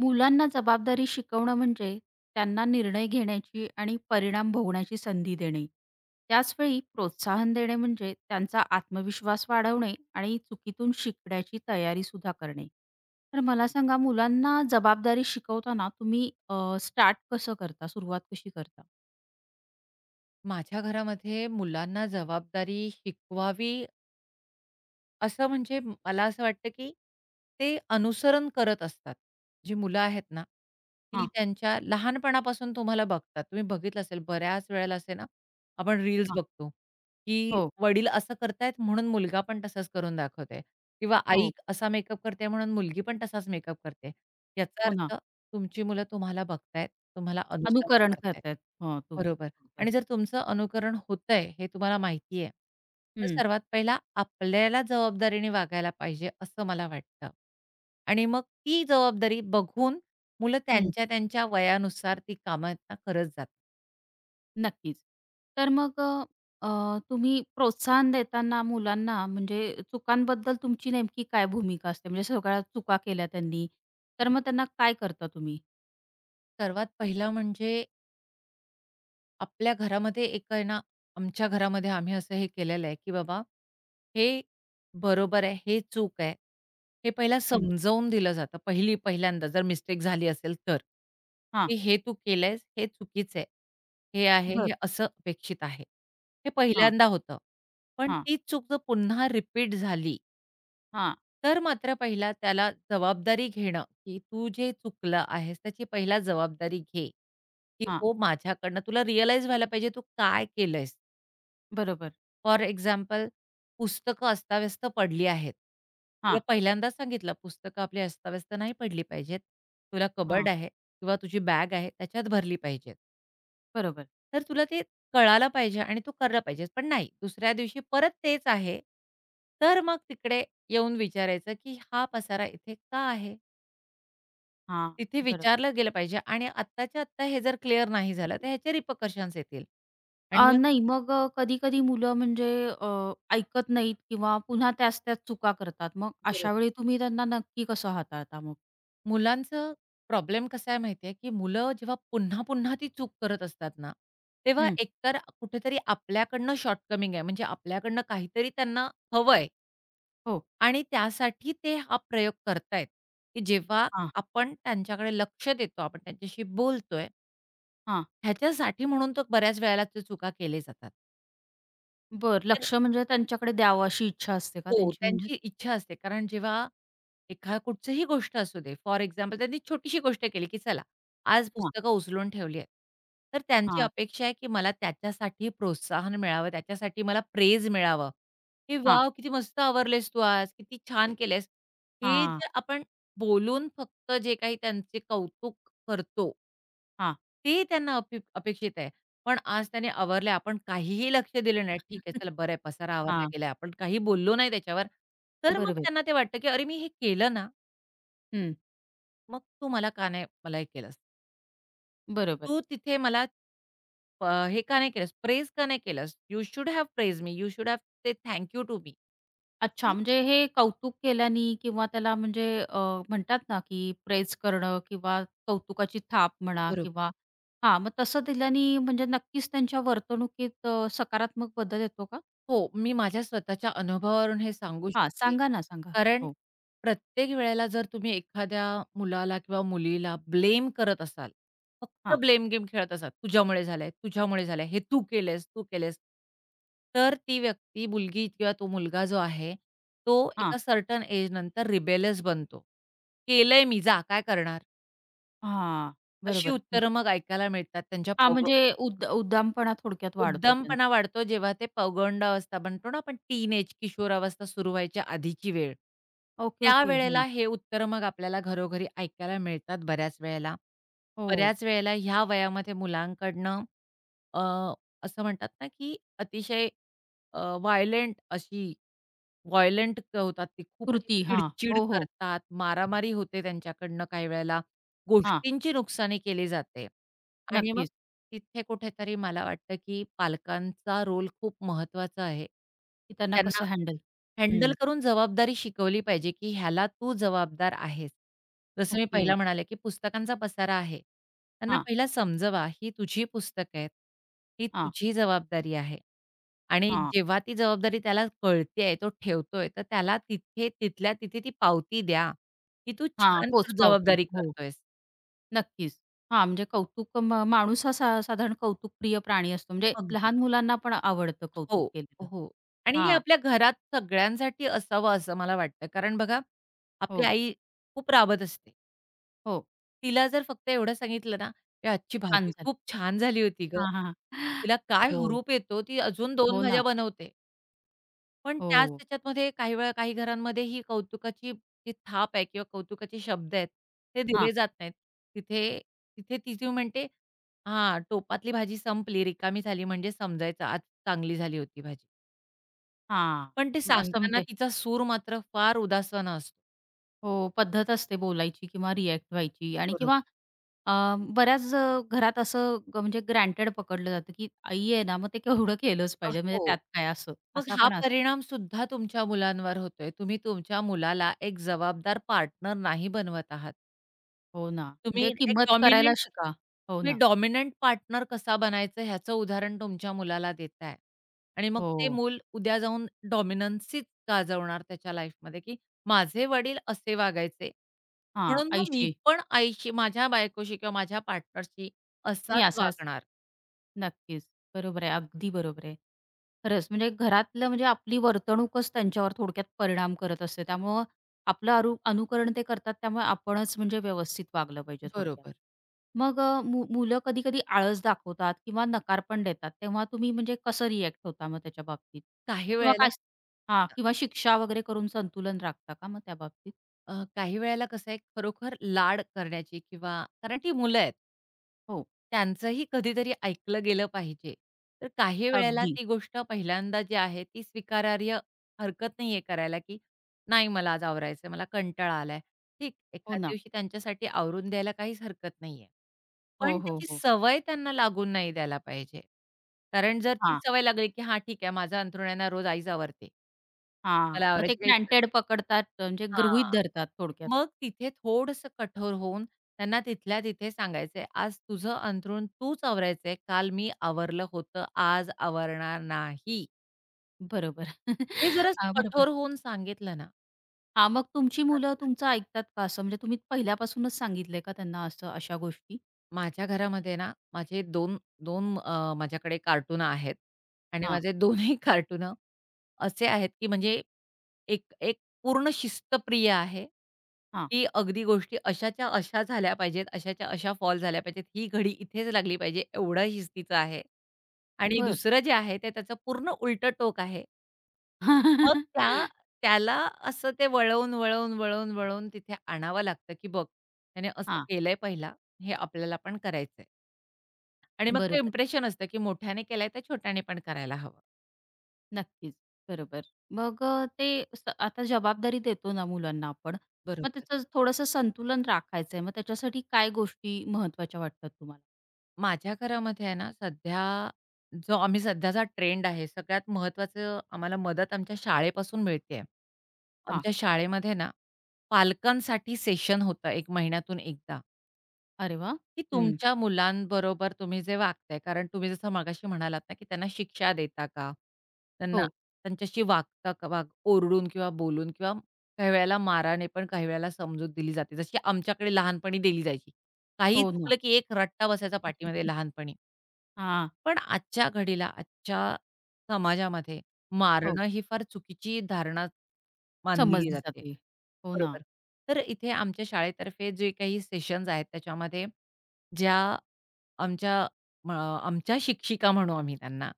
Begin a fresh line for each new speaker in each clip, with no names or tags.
मुलांना जबाबदारी शिकवणं म्हणजे त्यांना निर्णय घेण्याची आणि परिणाम भोगण्याची संधी देणे. त्याचवेळी प्रोत्साहन देणे म्हणजे त्यांचा आत्मविश्वास वाढवणे आणि चुकीतून शिकण्याची तयारीसुद्धा करणे. तर मला सांगा मुलांना जबाबदारी शिकवताना तुम्ही स्टार्ट कसं करता? सुरुवात कशी करता?
माझ्या घरामध्ये मुलांना जबाबदारी शिकवावी असं म्हणजे मला असं वाटतं, की ते अनुसरण करत असतात. जी मुलं आहेत ना, ती
हां,
त्यांच्या लहानपणापासून तुम्हाला बघतात. तुम्ही बघितलं असेल बऱ्याच वेळेला असे ना, आपण रील्स
हां.
बघतो, की
हो,
वडील असं करतायत म्हणून मुलगा पण तसाच करून दाखवतोय किंवा आई
हो.
असा मेकअप करते म्हणून मुलगी पण तसाच मेकअप करते. याचा
हो ना.
अर्थ तुमची मुलं तुम्हाला बघतायत, तुम्हाला अनुसरण
अनुकरण
करतायत.
करतायत. हो,
बरोबर.
तुमचं.
आणि जर तुमचं अनुकरण होतंय हे तुम्हाला माहिती आहे, तर
हं,
सर्वात पहिला आपल्याला जबाबदारीने वागायला पाहिजे असं मला वाटतं. आणि मग ती जबाबदारी बघून मुलं
हं.
त्यांच्या त्यांच्या वयानुसार ती कामांना करत जातात.
नक्कीच. तर मग अ, अ, तुम्ही प्रोत्साहन देताना मुलांना म्हणजे चुकांबद्दल तुमची नेमकी काय भूमिका असते? म्हणजे सगळ्या चुका केल्या त्यांनी, तर मग
बरोबर.
त्यांना काय करता तुम्ही?
सर्वात पहिलं म्हणजे आपल्या घरामध्ये एक आहे ना, आमच्या घरामध्ये आम्ही असं हे केलेलं आहे, की बाबा हे बरोबर आहे, हे चूक आहे. हे पहिला
हं.
समजावून दिलं जातं. पहिल्यांदा जर मिस्टेक झाली असेल तर,
हां.
की "हे तू केलंयस, हे चुकीचं आहे. हे आहे,
बरं.
हे असं अपेक्षित आहे." हे
हां,
पहिल्यांदा होतं. पण
हां,
तीच चूक जर पुन्हा रिपीट झाली
हां,
तर मात्र पहिला त्याला जबाबदारी घेणं, की तू जे चुकलं आहेस, त्याची पहिला जबाबदारी घे, की
हां.
हो माझ्याकडनं तुला रिअलाईज व्हायला पाहिजे तू काय केलंयस.
बरोबर.
फॉर एक्झाम्पल पुस्तकं अस्ताव्यस्त पडली आहेत. तुला
हां,
पहिल्यांदाच सांगितलं पुस्तकं आपली अस्ताव्यस्त नाही पडली पाहिजेत. तुला कबर्ड
हां.
आहे किंवा तुझी बॅग आहे त्याच्यात भरली पाहिजेत.
बरोबर.
तर तुला ते कळालं पाहिजे आणि तू करलं पाहिजेस. पण नाही दुसऱ्या दिवशी परत तेच आहे. तर मग तिकडे येऊन विचारायचं, की हा पसारा इथे का आहे?
हां,
तिथे
बरोबर.
विचारलं गेलं पाहिजे आणि आत्ताच्या आत्ता हे जर क्लिअर नाही झालं, तर ह्याचे रिपरकशन्स येतील. आणि मग
नाही मग कधी-कधी मुलं म्हणजे अ, ऐकत नाहीत किंवा पुन्हा त्याच-त्याच चुका करतात. मग अशा
बरोबर.
वेळी तुम्ही त्यांना नक्की कसं हाताळता मग?
मुलांचं प्रॉब्लेम कसा आहे माहिती की मुलं जेव्हा पुन्हा-पुन्हा ती चूक करत असतात ना, तेव्हा
हं.
एकतर कुठेतरी आपल्याकडनं शॉर्टकमिंग आहे. म्हणजे आपल्याकडनं काहीतरी त्यांना हवंय
हो.
आणि त्यासाठी ते हा प्रयोग करतायत, की जेव्हा
हां,
आपण त्यांच्याकडे लक्ष देतो, आपण त्यांच्याशी बोलतोय,
हां.
ह्याच्यासाठी म्हणून तर बऱ्याच वेळेला त्या चुका केले जातात.
बरं, लक्ष म्हणजे त्यांच्याकडे द्यावं अशी इच्छा असते का
हो,
त्यांची म्हणजे?
त्यांची इच्छा असते. कारण जेव्हा एखा कुठचीही गोष्ट असू दे, फॉर एक्झाम्पल त्यांनी छोटीशी गोष्ट केली, की चला आज
हां,
पुस्तकं उचलून ठेवली आहेत. तर त्यांची
हां,
अपेक्षा आहे, की मला त्याच्यासाठी प्रोत्साहन मिळावं, त्याच्यासाठी मला प्रेज मिळावं, की
हां,
"वॉव! किती मस्त आवरलेस तू आज, किती छान केलेस." हे
हां,
जे आपण बोलून फक्त जे काही त्यांचे कौतुक करतो
हां,
ते त्यांना अपेक्षित आहे. पण आज त्याने आवरले, आपण काहीही लक्ष दिलं नाही. ठीक आहे, चला बरं आहे, पसारा आवरला
हां.
गेलाय. आपण काही बोललो नाही त्याच्यावर. तर मग
बरोबर.
त्यांना ते वाटतं, की "अरे, मी हे केलं ना,
हं,
मग तू मला का नाही मला हे केलंस?
बरोबर.
तू तिथे मला हे का नाही केलंस? प्रेज का नाही केलंस? You should have praise me. You should have said thank you to me."
अच्छा, म्हणजे हे कौतुक केल्याने किंवा त्याला म्हणजे म्हणतात ना, की प्रेज करणं किंवा कौतुकाची थाप म्हणा
बरोबर.
किंवा हां, मग तसं दिल्याने म्हणजे नक्कीच त्यांच्या वर्तणुकीत सकारात्मक बदल येतो का?
हो, मी माझ्या स्वतःच्या अनुभवावरून हे सांगू
हां,
शकते.
सांगा ना, सांगा.
कारण
हो.
प्रत्येक वेळेला जर तुम्ही एखाद्या मुलाला किंवा मुलीला ब्लेम करत असाल, फक्त
हां,
ब्लेम गेम खेळत असाल, "तुझ्यामुळे झालंय, तुझ्यामुळे झालंय, हे तू केलेस, तू केलेस." तर ती व्यक्ती, मुलगी किंवा तो मुलगा जो आहे, तो
हां,
एका सर्टन एजनंतर रिबेलियस बनतो. "केलंय मी, जा काय करणार?"
हां.
अशी
बरोबर.
उत्तरं मग ऐकायला मिळतात त्यांच्या
हां, म्हणजे उद्दामपणा थोडक्यात वाढतो त्यांचा.
उद्दमपणा वाढतो जेव्हा ते पौगंड अवस्था म्हणतो ना आपण टीनएज किशोरावस्था सुरू व्हायच्या आधीची वेळ.
Okay, okay.
त्यावेळेला
हां.
हे उत्तरं मग आपल्याला घरोघरी ऐकायला मिळतात बऱ्याच वेळेला.
हो.
बऱ्याच वेळेला ह्या वयामध्ये मुलांकडनं अ, असं म्हणतात ना, की अतिशय व्हायलेंट अशी व्हायलंट होतात ते खूप अशी
कृती. हां.
चिडचिड
हो, हो.
करतात, मारामारी होते त्यांच्याकडनं काही वेळेला.
हां,
गोष्टींची नुकसानी केली जाते आणि मग
नक्कीच.
तिथे कुठेतरी मला वाटतं, की पालकांचा रोल खूप महत्वाचा आहे.
की त्यांना
त्यांना
कसं हँडल.
हँडल
हं.
करून जबाबदारी शिकवली पाहिजे, की ह्याला तू जबाबदार आहेस. जसं मी
ओके.
पहिला म्हणाले, की पुस्तकांचा पसारा आहे. त्यांना
हां,
पहिला समजवा, ही तुझी पुस्तकं आहेत. ही
हां,
तुझी जबाबदारी आहे. आणि
हां,
जेव्हा ती जबाबदारी त्याला कळतेय, तो ठेवतोय, तर त्याला तिथे तिथल्या तिथे ती पावती द्या, की तू
हां.
छान तर
पोचपावती.
जबाबदारी
हो,
करतोयस.
नक्कीच. हां, म्हणजे कौतुक माणूस हा साधारण कौतुकप्रिय प्राणी असतो. म्हणजे
अगदी.
लहान मुलांना पण आवडतं
हो,
कौतुक केलेलं.
हो. आणि हे
हां.
आपल्या घरात सगळ्यांसाठी असावं असं मला वाटतं. कारण बघा, आपली
हो,
आई खूप राबत असते.
हो.
तिला जर फक्त एवढं सांगितलं ना, "ए आजची भाजी
छान झालं.
खूप छान झाली होती गं."
हां, हां, हां.
तिला काय
हो,
हुरूप येतो, ती अजून 2
हो
भाज्या
ना.
बनवते. पण त्याच
हो.
त्याच्यामध्ये काही वेळा काही घरांमध्ये ही कौतुकाची जी थाप आहे किंवा कौतुकाचे शब्द आहेत, ते
हां,
दिले जात नाहीत. तिथे तिथे ती जी म्हणते, "हां, टोपातली भाजी संपली, रिकामी झाली म्हणजे समजायचं आज चांगली झाली होती भाजी." पण ते
हां. असं
सांगताना
म्हणजे
तिचा सूर मात्र फार उदासवाना असतो.
हो, पद्धत असते बोलायची किंवा रिएक्ट व्हायची आणि
बरोबर.
किंवा बऱ्याच घरात असं म्हणजे ग्रँटेड पकडलं जातं, की आई आहे ना, मग ते केवढं केलंच पाहिजे, म्हणजे
हो.
त्यात काय असं,
मग
असा
हा
पण असतो.
परिणाम सुद्धा तुमच्या मुलांवर होतोय. तुम्ही तुमच्या मुलाला एक जबाबदार पार्टनर नाही बनवत आहात.
हो ना,
तुम्ही
म्हणजे
एक
किंमत करायला
डॉमिनंट
शिका. हो
तुम्ही
ना.
डॉमिनंट पार्टनर कसा बनायचं ह्याचं उदाहरण तुमच्या मुलाला देताय. आणि मग ते
हो,
मूल उद्या जाऊन डॉमिनन्सीच गाजवणार त्याच्या लाईफमध्ये, की माझे वडील असे वागायचे.
हां,
म्हणून मग मी
आईशी.
पण आईशी, माझ्या बायकोशी किंवा माझ्या पार्टनरशी
मी
असाच
असाच.
वागणार.
नक्कीच. बरोबर आहे. अगदी बरोबर आहे. खरंच म्हणजे घरातलं म्हणजे आपली वर्तणूकच त्यांच्यावर थोडक्यात परिणाम करत असते. त्यामुळं आपलं अनुकरण ते करतात. त्यामुळे आपणच म्हणजे व्यवस्थित वागलं पाहिजे थोडक्यात.
बरोबर.
मग मुलं कधी-कधी आळस दाखवतात किंवा नकार पण देतात. तेव्हा तुम्ही म्हणजे कसं रिएक्ट होता मग त्याच्या बाबतीत?
काही
किंवा
वेळेला
काय. हां. किंवा शिक्षा वगैरे करून संतुलन राखता का मग त्या बाबतीत?
काही वेळेला कसं आहे, खरोखर लाड करण्याची किंवा कारण ती मुलं आहेत,
हो.
त्यांचंही कधीतरी ऐकलं गेलं पाहिजे. तर काही वेळेला
अगदी.
ती गोष्ट पहिल्यांदा जी आहे, ती स्वीकारार्ह हरकत नाहीये करायला, की "नाही मला आज आवरायचंय, मला कंटाळा आलाय." ठीक,
हो
एखाद्या
ना.
दिवशी त्यांच्यासाठी आवरून द्यायला काहीच हरकत नाहीये. पण
हो, हो,
त्याची
हो.
सवय त्यांना लागून नाही द्यायला पाहिजे. कारण जर ती
हां.
सवय लागली, की "हां, ठीक आहे, माझं अंथरुण रोज आईच आवरते.
हां,
मला
मग ते
आवरायची काहीच गरज"
ग्रँटेड पकडतात म्हणजे गृहीत
हां.
धरतात थोडक्यात.
मग तिथे थोडंसं कठोर होऊन त्यांना तिथल्या तिथे सांगायचंय, "आज तुझं अंथरूण तूच आवरायचंय. काल मी आवरलं होतं, आज आवरणार नाही."
बरोबर.
हे जरा
हां, बरोबर.
कठोर होऊन सांगितलं ना
हां, मग तुमची मुलं तुमचं ऐकतात का असं? म्हणजे तुम्ही पहिल्यापासूनच सांगितलंय का त्यांना असं अशा गोष्टी?
माझ्या घरामध्ये ना, माझे माझ्याकडे कार्टून आहेत आणि
हां,
माझे दोन्ही कार्टून असे आहेत, की म्हणजे एक एक पूर्ण शिस्तप्रिय आहे,
हां.
की अगदी गोष्टी अशाच्या अशा झाल्या पाहिजेत, अशाच्या अशा फॉल झाल्या पाहिजेत. ही घडी इथेच लागली पाहिजे एवढा शिस्तीचा आहे. आणि
बरं.
दुसरं जे आहे ते त्याचं पूर्ण उलटं टोक आहे. मग
हां,
त्या त्याला असं ते वळवून, वळवून, तिथे आणावं लागतं, की बघ त्याने असं केलंय पहिला, हे आपल्याला पण करायचंय. आणि मग ते
बरोबर.
इम्प्रेशन असतं, की मोठ्याने केलंय तर छोट्याने पण करायला हवं.
नक्कीच. बरोबर. मग ते आता जबाबदारी देतो ना मुलांना आपण, मग
बरोबर.
त्याचं थोडंसं संतुलन राखायचंय. मग त्याच्यासाठी काय गोष्टी महत्त्वाच्या वाटतात तुम्हाला?
माझ्या घरामध्ये आहे ना, सध्या जो आम्ही सध्याचा ट्रेंड आहे, सगळ्यात महत्त्वाचं आम्हाला मदत आमच्या शाळेपासून मिळते आहे.
हां.
आमच्या शाळेमध्ये ना, पालकांसाठी सेशन होतं 1 महिन्यातून एकदा,
अरे वाह!
की
हं.
तुमच्या मुलांबरोबर तुम्ही जे वागताय कारण तुम्ही जसं मगाशी म्हणालात ना, की त्यांना शिक्षा देता का? त्यांना
हो.
त्यांच्याशी वागता का, ओरडून किंवा बोलून किंवा काही वेळेला माराने पण काही वेळेला समजूत दिली जाते. जशी आमच्याकडे लहानपणी दिली जायची. काहीही
हो ना.
चुकलं, की एक रट्टा बसायचा पाठीमध्ये लहानपणी.
हां.
पण आजच्या घडीला, आजच्या समाजामध्ये
हो.
मारणं ही फार चुकीची धारणा मानली
समजली
जाते.
जाते. हो ना.
बरोबर. तर इथे आमच्या शाळेतर्फे जे काही सेशन्स आहेत त्याच्यामध्ये ज्या आमच्या म आमच्या शिक्षिका म्हणू आम्ही त्यांना.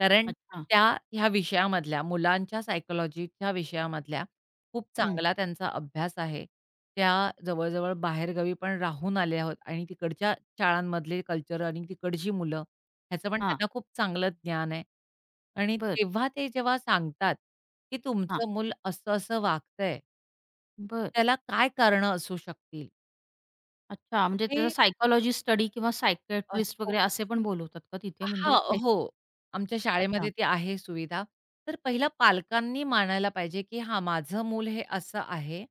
कारण
अच्छा.
त्या ह्या विषयामधल्या मुलांच्या सायकॉलॉजीच्या विषयामधल्या खूप
हं.
चांगला त्यांचा अभ्यास आहे. त्या जवळ-जवळ बाहेरगावी पण राहून आल्या आहोत आणि तिकडच्या शाळांमधले कल्चर आणि तिकडची मुलं ह्याचं पण
हां.
त्यांना खूप चांगलं ज्ञान आहे. आणि
बरं.
तेव्हा ते जेव्हा सांगतात, की
हां.
तुमचं मूल असं-असं वागतंय
बरं.
त्याला काय कारणं असू शकतील?
अच्छा, म्हणजे त्याचा
हे
सायकॉलॉजी स्टडी किंवा
अ,
सायकियाट्रिस्ट
हो.
वगैरे असे पण बोलवतात का तिथे म्हणजे
हां, हो. आमच्या
अच्छा,
शाळेमध्ये ती आहे सुविधा. तर पहिला पालकांनी मानायला पाहिजे, की हा माझं मूल हे असं आहे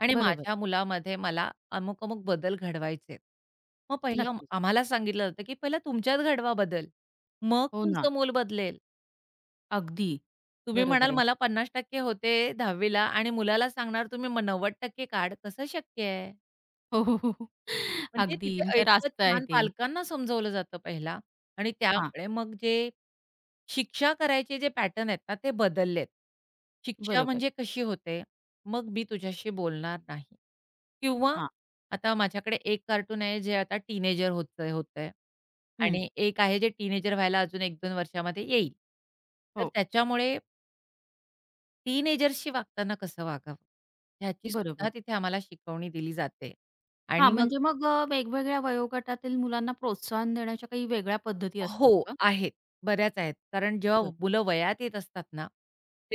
आणि
बरोबर.
माझ्या मुलामध्ये मला अमुक-अमुक बदल घडवायचे आहेत. मग पहिलं
नक्कीच.
आम्हाला सांगितलं जातं, की पहिला तुमच्यात घडवा बदल. मग
हो ना,
तुमचं मूल बदलेल.
अगदी.
तुम्ही म्हणाल
बरोबर आहे.
मला 50% होते 10वी आणि मुलाला सांगणार तुम्ही मग 90% काढ, कसं शक्य आहे?
हो, हो, हो, हो.
म्हणजे
अगदी
तिथे
म्हणजे
इतकं
रास्त आहे
छान
ते.
पालकांना समजवलं जातं पहिला आणि
हां,
त्यामुळे मग जे शिक्षा करायचे जे पॅटर्न आहेत ना, ते बदललेत. शिक्षा
बरोबर.
म्हणजे कशी होते, "मग मी तुझ्याशी बोलणार नाही." किंवा
हां.
आता माझ्याकडे एक कार्टून आहे, जे आता टीनेजर होतंय होतंय
हं.
आणि एक आहे जे टीनेजर व्हायला अजून 1-2 वर्षामध्ये येईल. तर
हो,
त्याच्यामुळे टीनेजरशी वागताना कसं वागावं, ह्याची सुद्धा
बरोबर.
तिथे आम्हाला शिकवणी दिली जाते
हां,
आणि मग
म्हणजे मग वेगवेगळ्या वयोगटातील मुलांना प्रोत्साहन देण्याच्या काही वेगळ्या पद्धती
हो,
असतात का?
आहेत. बऱ्याच आहेत. कारण जेव्हा
बरं.
मुलं वयात येत असतात ना,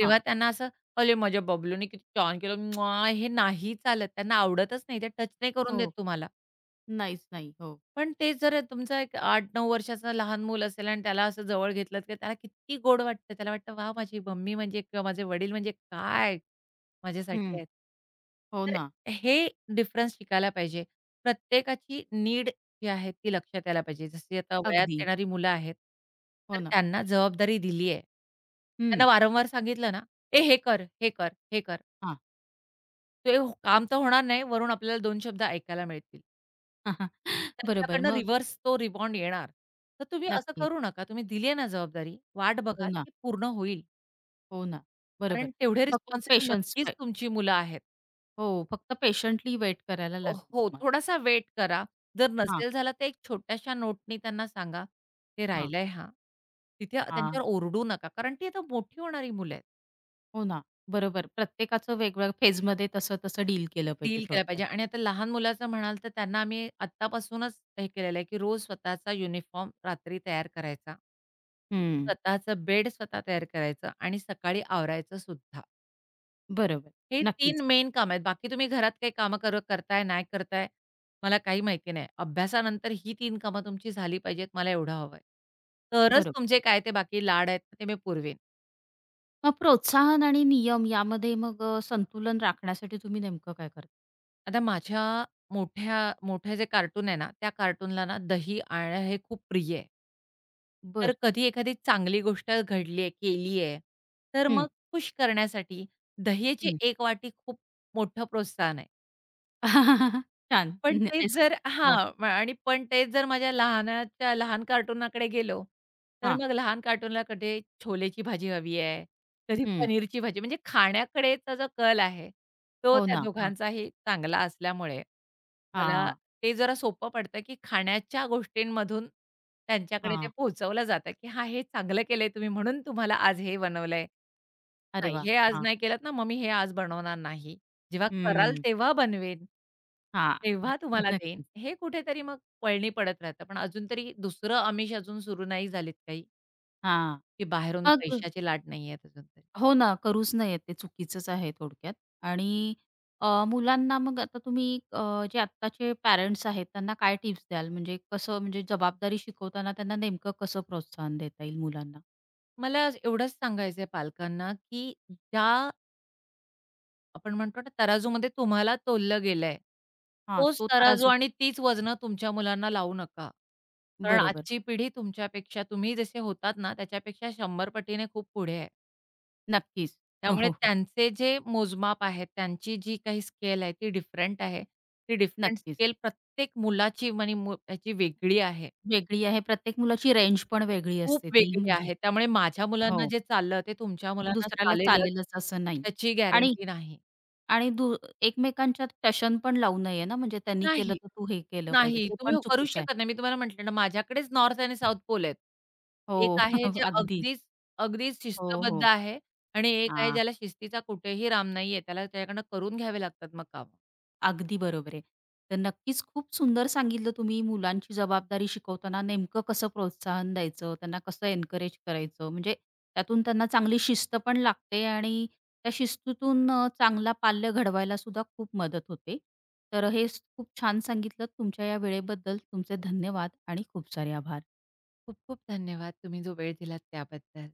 हां.
त्यांना असं, "अरे माझ्या बबलूने किती छान केलं." म्वा." हे नाही चालत. त्यांना आवडतच नाही. ते टच नाही करून देत
हो.
तुम्हाला.
नाहीच नाही. हो.
पण तेच जर तुमचा एक 8-9 वर्षाचा लहान मूल असेल आणि त्याला असं जवळ घेतलत, की त्याला किती गोड वाटतं. त्याला वाटतं, "वाह! माझी मम्मी म्हणजे किंवा माझे वडील म्हणजे काय माझ्यासाठी
हं.
आहेत."
हो
तर
ना.
हे डिफरन्स शिकायला पाहिजे. प्रत्येकाची नीड जी आहे ती लक्षात यायला पाहिजे. जशी आता वयात
अगदी.
येणारी मुलं आहेत,
हो
तर
ना.
त्यांना जबाबदारी दिली आहे.
हं.
त्यांना वारंवार सांगितलं ना, "ए हे कर, हे कर, हे कर."
हां.
काम तर होणार नाही, वरून आपल्याला 2 शब्द ऐकायला मिळतील.
बरोबर.
त्यांच्याकडनं
मग
रिव्हर्स तो रिबॉन्ड येणार. तर तुम्ही असं
नक्कीच.
करू नका. तुम्ही दिली आहे ना जबाबदारी, वाट
हो
बघा
ना.
ती पूर्ण होईल.
हो ना, बरोबर.
कारण तेवढे
फक्त
रिस्पॉन्सिबल
पेशन्स.
नक्कीच तुमची मुलं आहेत.
हो, फक्त पेशंटली वेट करायला लागेल
हो,
तुम्हाला.
थोडासा वेट करा. जर
हां,
नसेल झाला तर एक छोट्याशा नोटनी त्यांना सांगा, "हे
हां,
राहिलंय हां." तिथे
हां.
त्यांच्यावर ओरडू नका. कारण ती आता मोठी होणारी मुलं आहेत.
हो ना, बरोबर. प्रत्येकाचं वेगवेगळ्या फेजमध्ये तसं-तसं डील केलं पाहिजे
डील केला पाहिजे
थोडक्यात.
आणि आता लहान मुलाचं म्हणाल तर त्यांना आम्ही आत्तापासूनच हे केलेलं आहे, की रोज स्वतःचा युनिफॉर्म रात्री तयार करायचा,
हं,
स्वतःचं बेड स्वतः तयार करायचं आणि सकाळी आवरायचं सुद्धा.
बरोबर.
हे तीन
नक्कीच,
मेन काम आहेत. बाकी तुम्ही घरात काही कामं करताय, नाही करताय, मला काही माहिती नाही. अभ्यासानंतर ही 3 कामं तुमची झाली पाहिजेत, मला एवढं हवं आहे. तरच
बरोबर.
तुमचे काय ते बाकी लाड आहेत, ते मी पुरवीन.
मग प्रोत्साहन आणि नियम यामध्ये मग संतुलन राखण्यासाठी तुम्ही नेमकं काय करता?
आता माझ्या मोठ्या मोठे जे कार्टून आहे ना, त्या कार्टूनला ना दही आणं हे खूप प्रिय आहे. तर
बरं.
कधी एखादी चांगली गोष्ट घडली आहे, केली आहे, तर
हं,
मग खुश करण्यासाठी दह्याची
हं.
1 वाटी खूप मोठं प्रोत्साहन आहे.
छान. हं, हो,
पण तेच जर माझ्या लहानाच्या लहान कार्टूनाकडे गेलो, तर
हां,
मग लहान कार्टूनला कधी छोलेची भाजी हवी आहे, कधी
हं.
पनीरची भाजी म्हणजे खाण्याकडेचा जो कल आहे, तो
हो
त्या
ना. हां,
दोघांचाही चांगला असल्यामुळे मला
हां,
ते जरा सोपं पडतं, की खाण्याच्या गोष्टींमधून त्यांच्याकडे ते
हां.
पोहोचवलं जातं, की "हां, हे चांगलं केलंय तुम्ही म्हणून तुम्हाला आज हे बनवलंय."
अरे
नाही,
वा.
हे आज
हां,
नाही केलत ना, मग मी हे आज बनवणार नाही. जेव्हा कराल
हं.
तेव्हा बनवेन.
हां.
तेव्हा तुम्हाला देईन.
नक्कीच.
हे कुठेतरी मग वळणी पडत राहतं. पण अजून तरी दुसरं आमिष अजून सुरू नाही झालीत काही,
हां.
की बाहेरून
मग
पैशाची लाट नाही आहेत अजून तरी.
हो ना, करूच नये ते चुकीचंच आहे थोडक्यात. आणि मुलांना मग आता तुम्ही अ, जे आत्ताचे पॅरेंट्स आहेत त्यांना काय टिप्स द्याल? म्हणजे कसं म्हणजे जबाबदारी शिकवताना त्यांना नेमकं कसं प्रोत्साहन देता येईल मुलांना?
मला आज एवढंच सांगायचंय पालकांना, की ज्या आपण म्हणतो ना तराजूमध्ये तुम्हाला तोललं गेलंय,
हां,
तोच
तो
तराजू
तराजू.
आणि तीच वजनं तुमच्या मुलांना लावू नका. कारण
बरोबर.
आजची पिढी तुमच्यापेक्षा तुम्ही जसे होतात ना, त्याच्यापेक्षा 100 पटीने खूप पुढे आहे.
नक्कीच. हो,
त्यामुळे
हो, हो.
त्यांचे जे मोजमाप आहेत, त्यांची जी काही स्केल आहे ती डिफरंट आहे. ती डिफरंट
नक्कीच.
स्केल प्रत्येक मुलाची म्हणे मु त्याची वेगळी आहे.
वेगळी आहे. प्रत्येक मुलाची रेंज पण वेगळी
खूप
असते ती
वेगळी
म्हणजे
आहे. त्यामुळे माझ्या मुलांना
हो,
जे चाललं ते तुमच्या मुलांना
दुसऱ्याला
चालेलच
चालेलच असं नाही.
त्याची
आणि
गॅरंटी नाही.
आणि दु एकमेकांच्यात टशन पण लावू नये ना, म्हणजे त्यांनी केलं
नाही.
तर तू हे केलं पाहिजे.
नाही.
ते
तुम्ही
पण
करूच
चुकीचं आहे.
शकत नाही. मी तुम्हाला म्हटलं ना माझ्याकडेच नॉर्थ आणि साउथ पोल आहेत. एक
हो.
आहे जे
अगदी.
अगदीच
हो,
शिस्तबद्ध
हो.
आहे आणि एक आहे
हां.
ज्याला शिस्तीचा कुठेही राम नाहीये. त्याला त्याच्याकडनं करून घ्यावे लागतात मग काम.
अगदी बरोबर आहे. तर नक्कीच खूप सुंदर सांगितलं तुम्ही मुलांची जबाबदारी शिकवताना नेमकं कसं प्रोत्साहन द्यायचं, त्यांना कसं एन्करेज करायचं. म्हणजे त्यातून त्यांना चांगली शिस्त पण लागते आणि त्या शिस्तीतून चांगला पाल्य घडवायला सुद्धा खूप मदत होते. तर हे खूप छान सांगितलं. तुमच्या या वेळेबद्दल तुमचे धन्यवाद आणि खूप सारे आभार.
खूप खूप धन्यवाद तुम्ही जो वेळ दिलात त्याबद्दल.